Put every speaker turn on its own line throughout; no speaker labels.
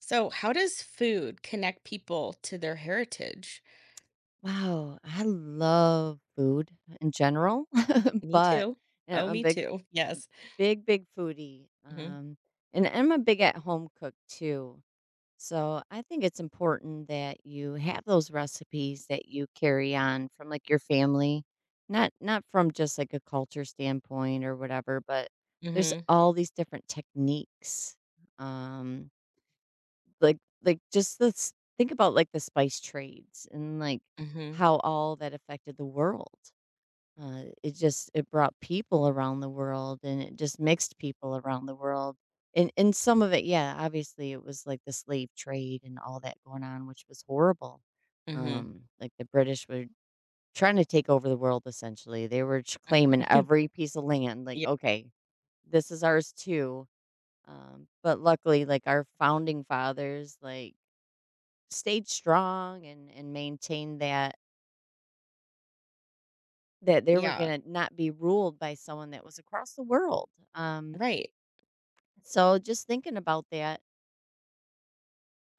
So, how does food connect people to their heritage?
Wow, I love food in general.
Me
but
too.
And
Oh,
I'm a
me
big,
too. Yes.
big, big foodie.
Mhm.
And I'm a big at home cook too. So I think it's important that you have those recipes that you carry on from, like, your family, not from just, like, a culture standpoint or whatever, but there's
Mhm.
all these different techniques. Um, like just let's think about, like, the spice trades and, like,
Mhm.
how all that affected the world. It just it brought people around the world, and it just mixed people around the world. And some of it, yeah, obviously, it was, like, the slave trade and all that going on, which was horrible.
Mhm. Mhm.
The British were trying to take over the world, essentially. They were ch claiming every piece of land, like,
Yeah.
"Okay, this is ours too." But luckily, like, our founding fathers, like, stayed strong and maintained that they were
Yeah.
going to not be ruled by someone that was across the world. Um,
Right.
so just thinking about that,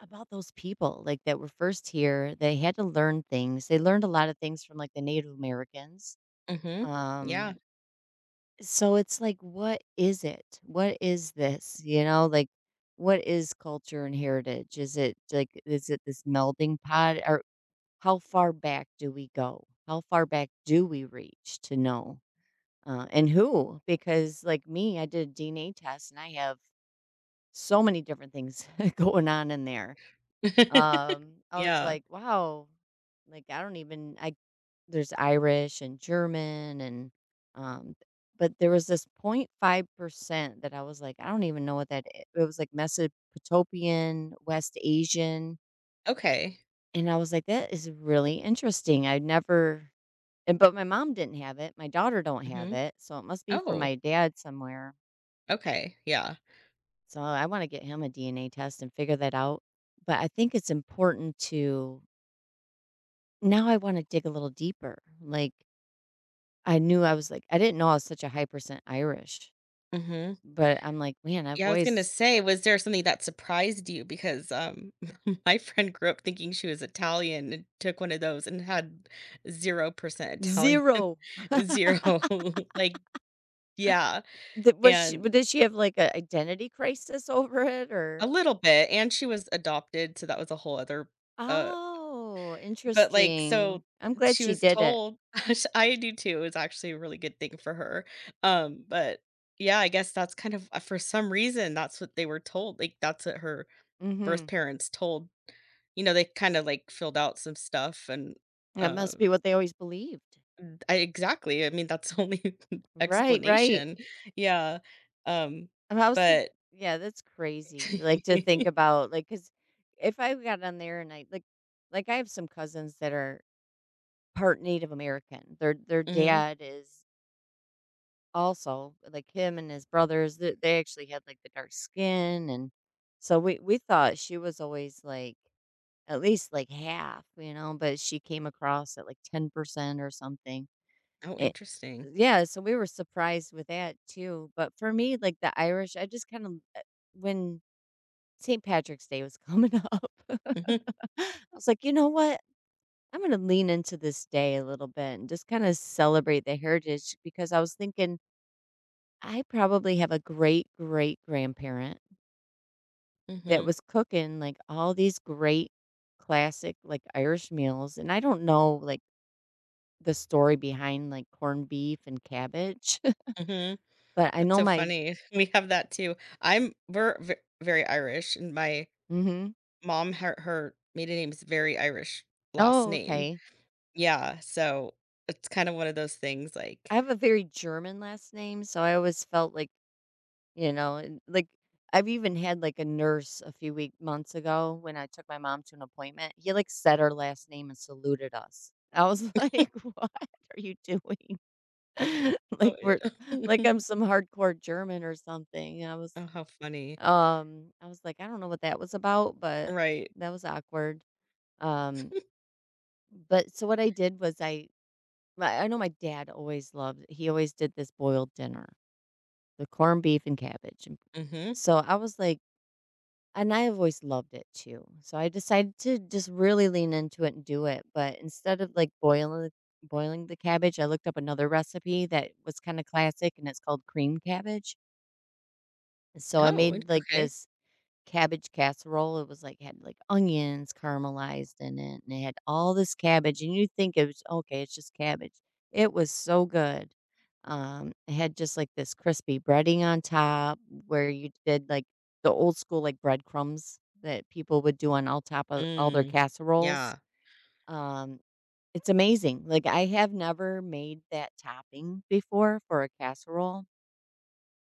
about those people, like, that were first here, they had to learn things. They learned a lot of things from, like, the Native Americans.
Mhm. Yeah.
Um, so it's like, what is it? What is this? Like, what is culture and heritage? Is it like, is it this melding pot? Or how far back do we go? How far back do we reach to know? And who? Because, like me, I did a DNA test and I have so many different things going on in there. I was
Yeah.
like, wow, like, I don't even, I, there's Irish and German and, um, but there was this 0.5% that I was like, I don't even know what that it was, like, Mesopotamian, West Asian.
Okay.
And I was like, that is really interesting. I never And but my mom didn't have it, my daughter don't have
Mhm.
it, so it must be from
Oh.
my dad somewhere.
Okay. Yeah.
So I wanna get him a DNA test and figure that out. But I think it's important to, now I wanna dig a little deeper. Like, I knew, I didn't know I was such a high percent Irish,
Mhm.
but I'm like, "Man, I've
Yeah, I was gonna
always
say, was there something that surprised you? Because, my friend grew up thinking she was Italian and took one of those and had 0% Italian.
0."
0, like yeah,
Did, was she
and
w did she have, like, an identity crisis over it,
a
or?
little bit, and she was adopted, so that was a whole other, uh
Oh,
but, like,
interesting.
so
I'm glad
she
she
was
did it.
told. I do too, it was actually a really good thing for her, but yeah, I guess that's kind of for some reason, that's what they were told, like, that's what her birth
Mhm.
parents told, they kinda, like, filled out some stuff and,
That
uh
must be what they always believed.
I exactly, I mean, that's the only
Right, right.
explanation. Yeah, um,
And I was like,
but
yeah, that's crazy. Like, to think about, like, because if I got on there and I like, I have some cousins that are part Native American. Their
Mhm.
dad is also, like him and his brothers. They actually had, like, the dark skin, and so we thought she was always, like, at least like half, you know. But she came across at like 10% or something.
Oh,
It
interesting.
Yeah, so we were surprised with that too, but for me, like, the Irish, I just kinda, uh, when St. Patrick's Day was coming up,
Mhm,
I was like, "You know what? I'm gonna lean into this day a little bit and just kinda celebrate the heritage," because I was thinking, "I probably have a great great-grandparent that
mhm,
was cooking, like, all these great classic, like, Irish meals," and I don't know, like, the story behind, like, corned beef and cabbage,
mhm.
but I
That's
know
so
my.
funny. We have that too. I'm we're ve very Irish, and my
Mhm.
mom, her her maiden name is very Irish last
Oh,
name.
okay.
Yeah, so it's kind of one of those things,
I
like,
have a very German last name, so I always felt like, you know, and, like, I've even had like a nurse a few week months ago when I took my mom to an appointment. He like said our last name and saluted us. I was like, "What are you doing?" Like,
oh, it.
we're like, I'm some hardcore German or something. I was
Oh, how funny.
um I was like, "I don't know what that was about, but
Right.
that was awkward." Um but so what I did was, I know my dad always loved he always did this boiled dinner, the corned beef and cabbage, and
Mhm.
so I was like, and I have always loved it too, so I decided to just really lean into it and do it, but instead of, like, boiling the cabbage, I looked up another recipe that was kinda classic, and it's called cream cabbage, and so I
Oh, it
made, like,
okay.
this cabbage casserole. It was like had like onions caramelized in it, and it had all this cabbage, and you think it was okay, it's just cabbage. It was so good. It had just like this crispy breading on top where you did like the old school, like, breadcrumbs that people would do on all top of all their
Mm.
casseroles.
Yeah.
Um, it's amazing. Like, I have never made that topping before for a casserole.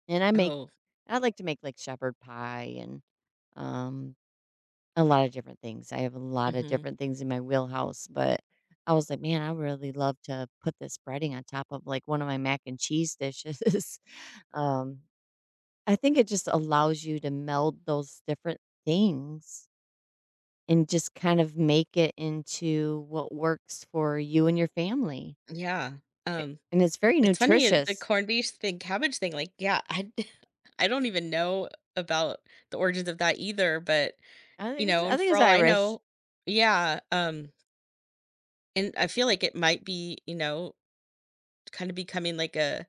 And I make
Oh.
I like to make like shepherd pie and um a lot of different things. I have a lot of
Mhm.
different things in my wheelhouse, but I was like, "Man, I really love to put this breading on top of, like, one of my mac and cheese dishes." Um, I think it just allows you to meld those different things and just kind of make it into what works for you and your family,
Yeah. Um,
and it's very
it's funny, the
nutritious.
corned beef thing, cabbage thing, like, yeah, I I don't even know about the origins of that either, but,
I
you
think it's,
know,
I
and
think
for
it's
all I
Irish.
know yeah, and I feel like it might be, you know, kinda becoming like a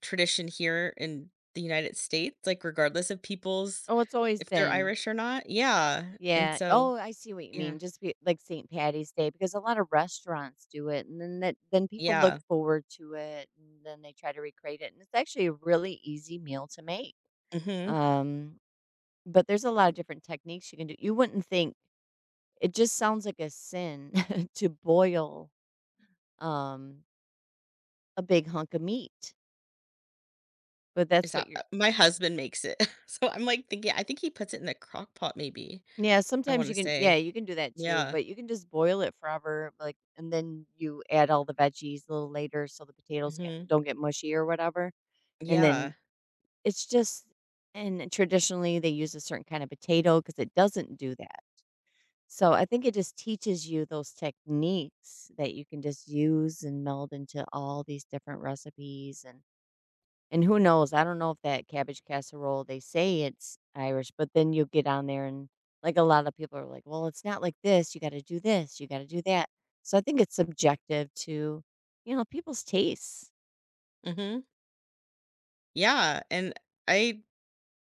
tradition here in the United States, like, regardless of people's
Oh, it's always
if they're
been.
Irish or not. Yeah, and
Yeah.
so
Oh, I see what you
yeah.
mean. Just be, like, St. Patty's Day, because a lot of restaurants do it, and then that, then people look
Yeah.
forward to it, and then they try to recreate it, and it's actually a really easy meal to make.
Mhm.
Um, but there's a lot of different techniques you can do. You wouldn't think, it just sounds like a sin to boil um a big hunk of meat, but that's
Is
what
that
you're.
my husband makes it. So I'm, like, thinking I think he puts it in the crock pot maybe,
Yeah,
I
sometimes
wanna
you can, yeah,
say.
you can do that too,
Yeah.
but you can just boil it forever, like, and then you add all the veggies a little later so the potatoes get,
Mhm.
don't get mushy or whatever. And then
Yeah.
it's just, and traditionally they use a certain kind of potato because it doesn't do that. So I think it just teaches you those techniques that you can just use and meld into all these different recipes. And who knows, I don't know if that cabbage casserole, they say it's Irish, but then you get on there and, like, a lot of people are like, "Well, it's not like this, you gotta do this, you gotta do that." So I think it's subjective to, you know, people's tastes.
Mhm. Yeah, and I,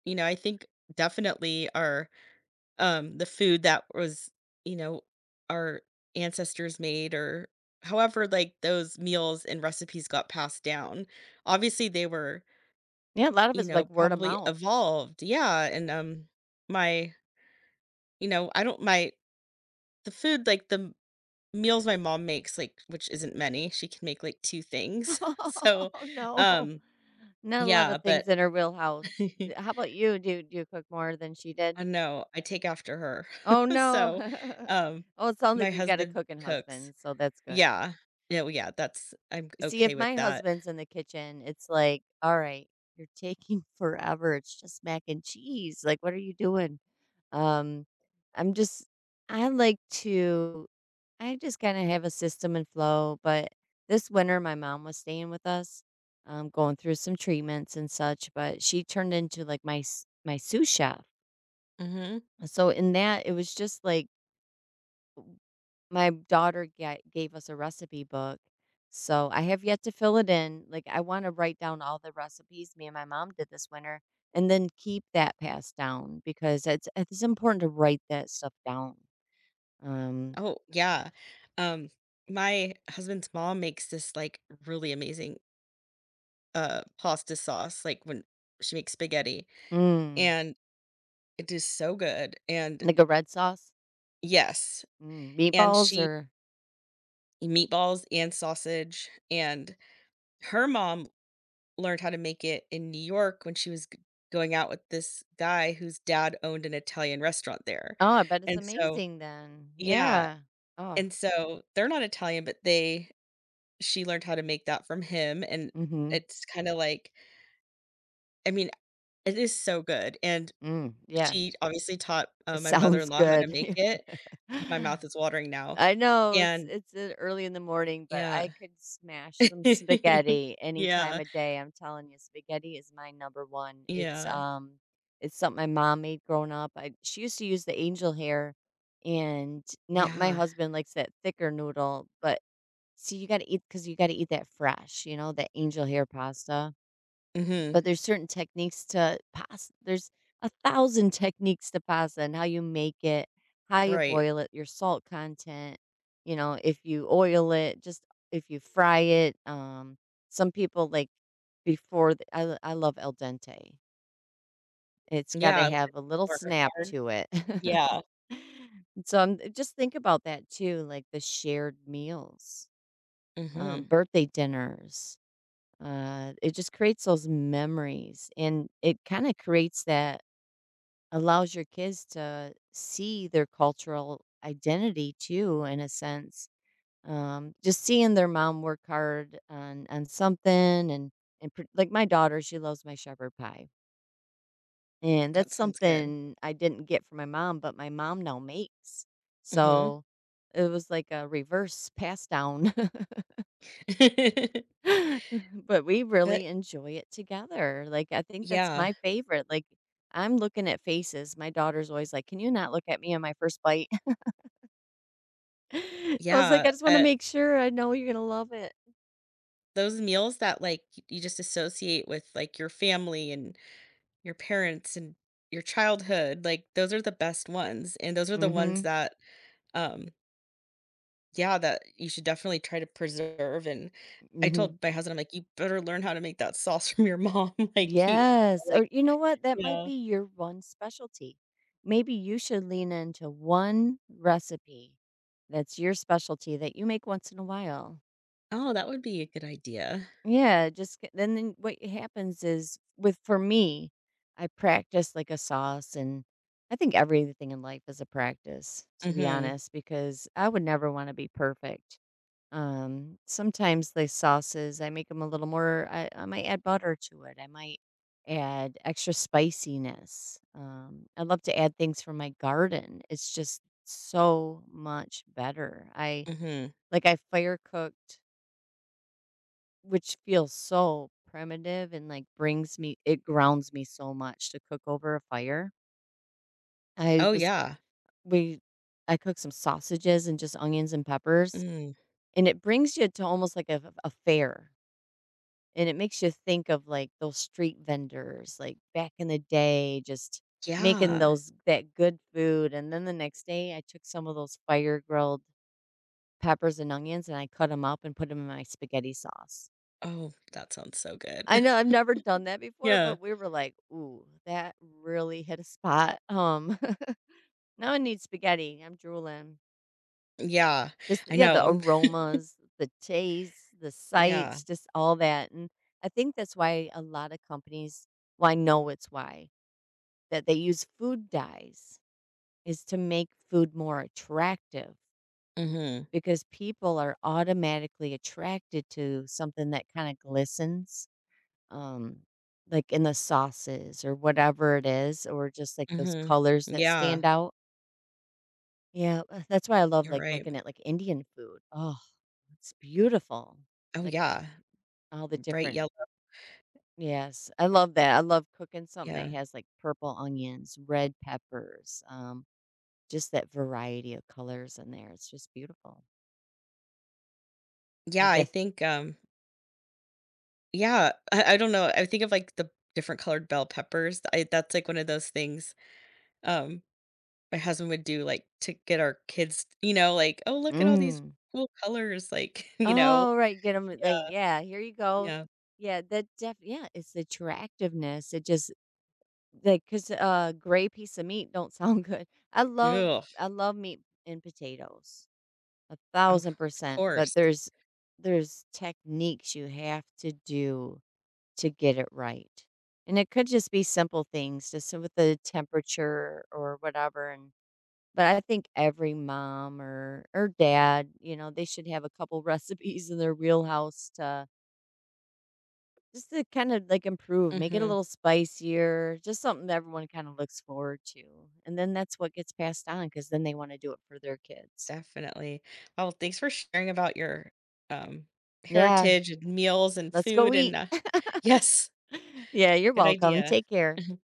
you know, I think definitely our, the food that was, you know, our ancestors made or however, like, those meals and recipes got passed down. Obviously, they were,
Yeah, a lot of
you
it's
know,
like word of
probably
mouth.
evolved. Yeah, and, my, you know, I don't my the food, like, the meals my mom makes, like, which isn't many, she can make, like, two things. So,
Oh, no.
um,
Not a lot
yeah,
of
but
things in her wheelhouse. How about you? Do you cook more than she did?
I know, I take after her.
Oh, no.
So, um,
Oh, it sounds like
my
you got a
husband
cooking
cooks.
husband, so that's good.
Yeah. Yeah, well, yeah, that's I'm
See, if
okay with
my
that.
husband's in the kitchen, it's like, "All right, you're taking forever. It's just mac and cheese. Like, what are you doing?" Um, I'm just, I like to, I just kind of have a system and flow, but this winter my mom was staying with us, going through some treatments and such, but she turned into like my my sous chef.
Mhm.
So in that, it was just like, my daughter ga gave us a recipe book, so I have yet to fill it in, like, I wanna write down all the recipes me and my mom did this winter and then keep that passed down because it's important to write that stuff down. Um,
Oh, yeah. Um, my husband's mom makes this, like, really amazing, pasta sauce, like, when she makes spaghetti,
mm,
and it is so good, and
like a red sauce?
yes,
Mm,
and
meatballs
she
or?
meatballs and sausage, and her mom learned how to make it in New York when she was g going out with this guy whose dad owned an Italian restaurant there,
Oh, I bet it's
and so
amazing then.
yeah,
Yeah. Oh,
and so they're not Italian, but they she learned how to make that from him, and
mm, mhm.
it's kinda like I mean, it is so good, and
Mm, yes.
she obviously taught,
It
my
sounds
mother-in-law how to make
good.
it. Oh, my mouth is watering now,
I know it's,
and
it's early in the morning, but I
yeah.
could smash some spaghetti any time
Yeah.
of day. I'm telling you, spaghetti is my number one.
Yeah.
It's something my mom made growing up. I She used to use the angel hair, and now my
Yeah.
husband likes that thicker noodle. But see, you got to eat because you got to eat that fresh, you know, that angel hair pasta.
Mhm.
But there's certain techniques to pass. There's 1,000 techniques to pasta and how you make it, how you
Right.
boil it, your salt content, you know, if you oil it, just if you fry it, some people, like, before the I love al dente. It's gotta
Yeah,
have a little
work
snap
hard.
to it.
Yeah.
So, I'm just think about that too, like the shared meals,
Mhm.
birthday dinners. It just creates those memories, and it kinda creates that, allows your kids to see their cultural identity too, in a sense. Just seeing their mom work hard on something, and and pr like, my daughter, she loves my shepherd pie, and that's
That sounds good.
something I didn't get from my mom, but my mom now makes.
Mhm.
So, it was like a reverse pass down. But we really
But
enjoy it together. Like, I think that's
yeah,
my favorite. Like, I'm looking at faces. My daughter's always like, "Can you not look at me on my first bite?" I was like,
yeah,
"I just wanna make sure I know you're gonna love it."
those meals that, like, y you just associate with, like, your family and your parents and your childhood, like, those are the best ones, and those are the ones
Mhm,
that, um yeah, that you should definitely try to preserve, and I
mhm.
told my husband, I'm like, "You better learn how to make that sauce from your mom." Like, he
Yes,
like,
or you know what? That
you
might be
know.
your one specialty. Maybe you should lean into one recipe that's your specialty that you make once in a while.
Oh, that would be a good idea.
Yeah, just c then what happens is with for me, I practice like a sauce, and I think everything in life is a practice, to be
Mhm,
honest, because I would never wanna be perfect. Sometimes the sauces, I make them a little more I might add butter to it, I might add extra spiciness. I love to add things from my garden, it's just so much better.
mhm.
I fire cooked, which feels so primitive and, like, brings me it grounds me so much to cook over a fire. I
Oh,
was
yeah.
we I cooked some sausages and just onions and peppers,
Mm.
and it brings you to almost like a fair, and it makes you think of, like, those street vendors, like, back in the day, just making
Yeah.
those that good food, and then the next day, I took some of those fire grilled peppers and onions, and I cut them up and put them in my spaghetti sauce.
Oh, that sounds so good.
I know I've never done that before,
Yeah.
but we were like, "Ooh, that really hit a spot." Now I need spaghetti. I'm drooling.
Yeah,
Just
I
yeah, the
know, I'm
aromas, the taste, the
yeah.
sights, just all that, and I think that's why a lot of companies, well, I know it's why, that they use food dyes is to make food more attractive
Mhm,
because people are automatically attracted to something that kind of glistens. Um, like, in the sauces or whatever it is, or just, like, those
mhm.
colors that
Yeah,
stand out. Yeah, that's why I love,
you're
like,
right.
looking at, like, Indian food. Oh, it's beautiful.
Oh,
Like,
yeah.
all the
Bright
different.
yellow,
Yes, I love that. I love cooking something
yeah.
that has, like, purple onions, red peppers, just that variety of colors in there. It's just beautiful. I
Yeah, I
guess.
think, yeah, I don't know, I think of, like, the different colored bell peppers, I that's, like, one of those things, um, my husband would do, like, to get our kids, you know, like, "Oh, look at all these
Mm.
cool colors," like, you know?
Oh, right, get them. Like,
Yeah,
yeah, here you go.
yeah.
Yeah, that def Yeah, it's the attractiveness. It just, like, cause a gray piece of meat don't sound good. I love
Ugh.
I love meat and potatoes,
Oh, of
1,000%, but
course.
there's techniques you have to do to get it right, and it could just be simple things, just so with the temperature or whatever, and but I think every mom or dad, you know, they should have a couple recipes in their wheelhouse to just to kind of like improve, make it a
Mhm,
little spicier, just something that everyone kind of looks forward to. And then that's what gets passed on because then they want to do it for their kids.
definitely. Oh, well, thanks for sharing about your, um,
Yeah,
heritage and meals and
let's go
food
eat.
and, yes,
Yeah, you're
good
welcome.
idea.
Take care.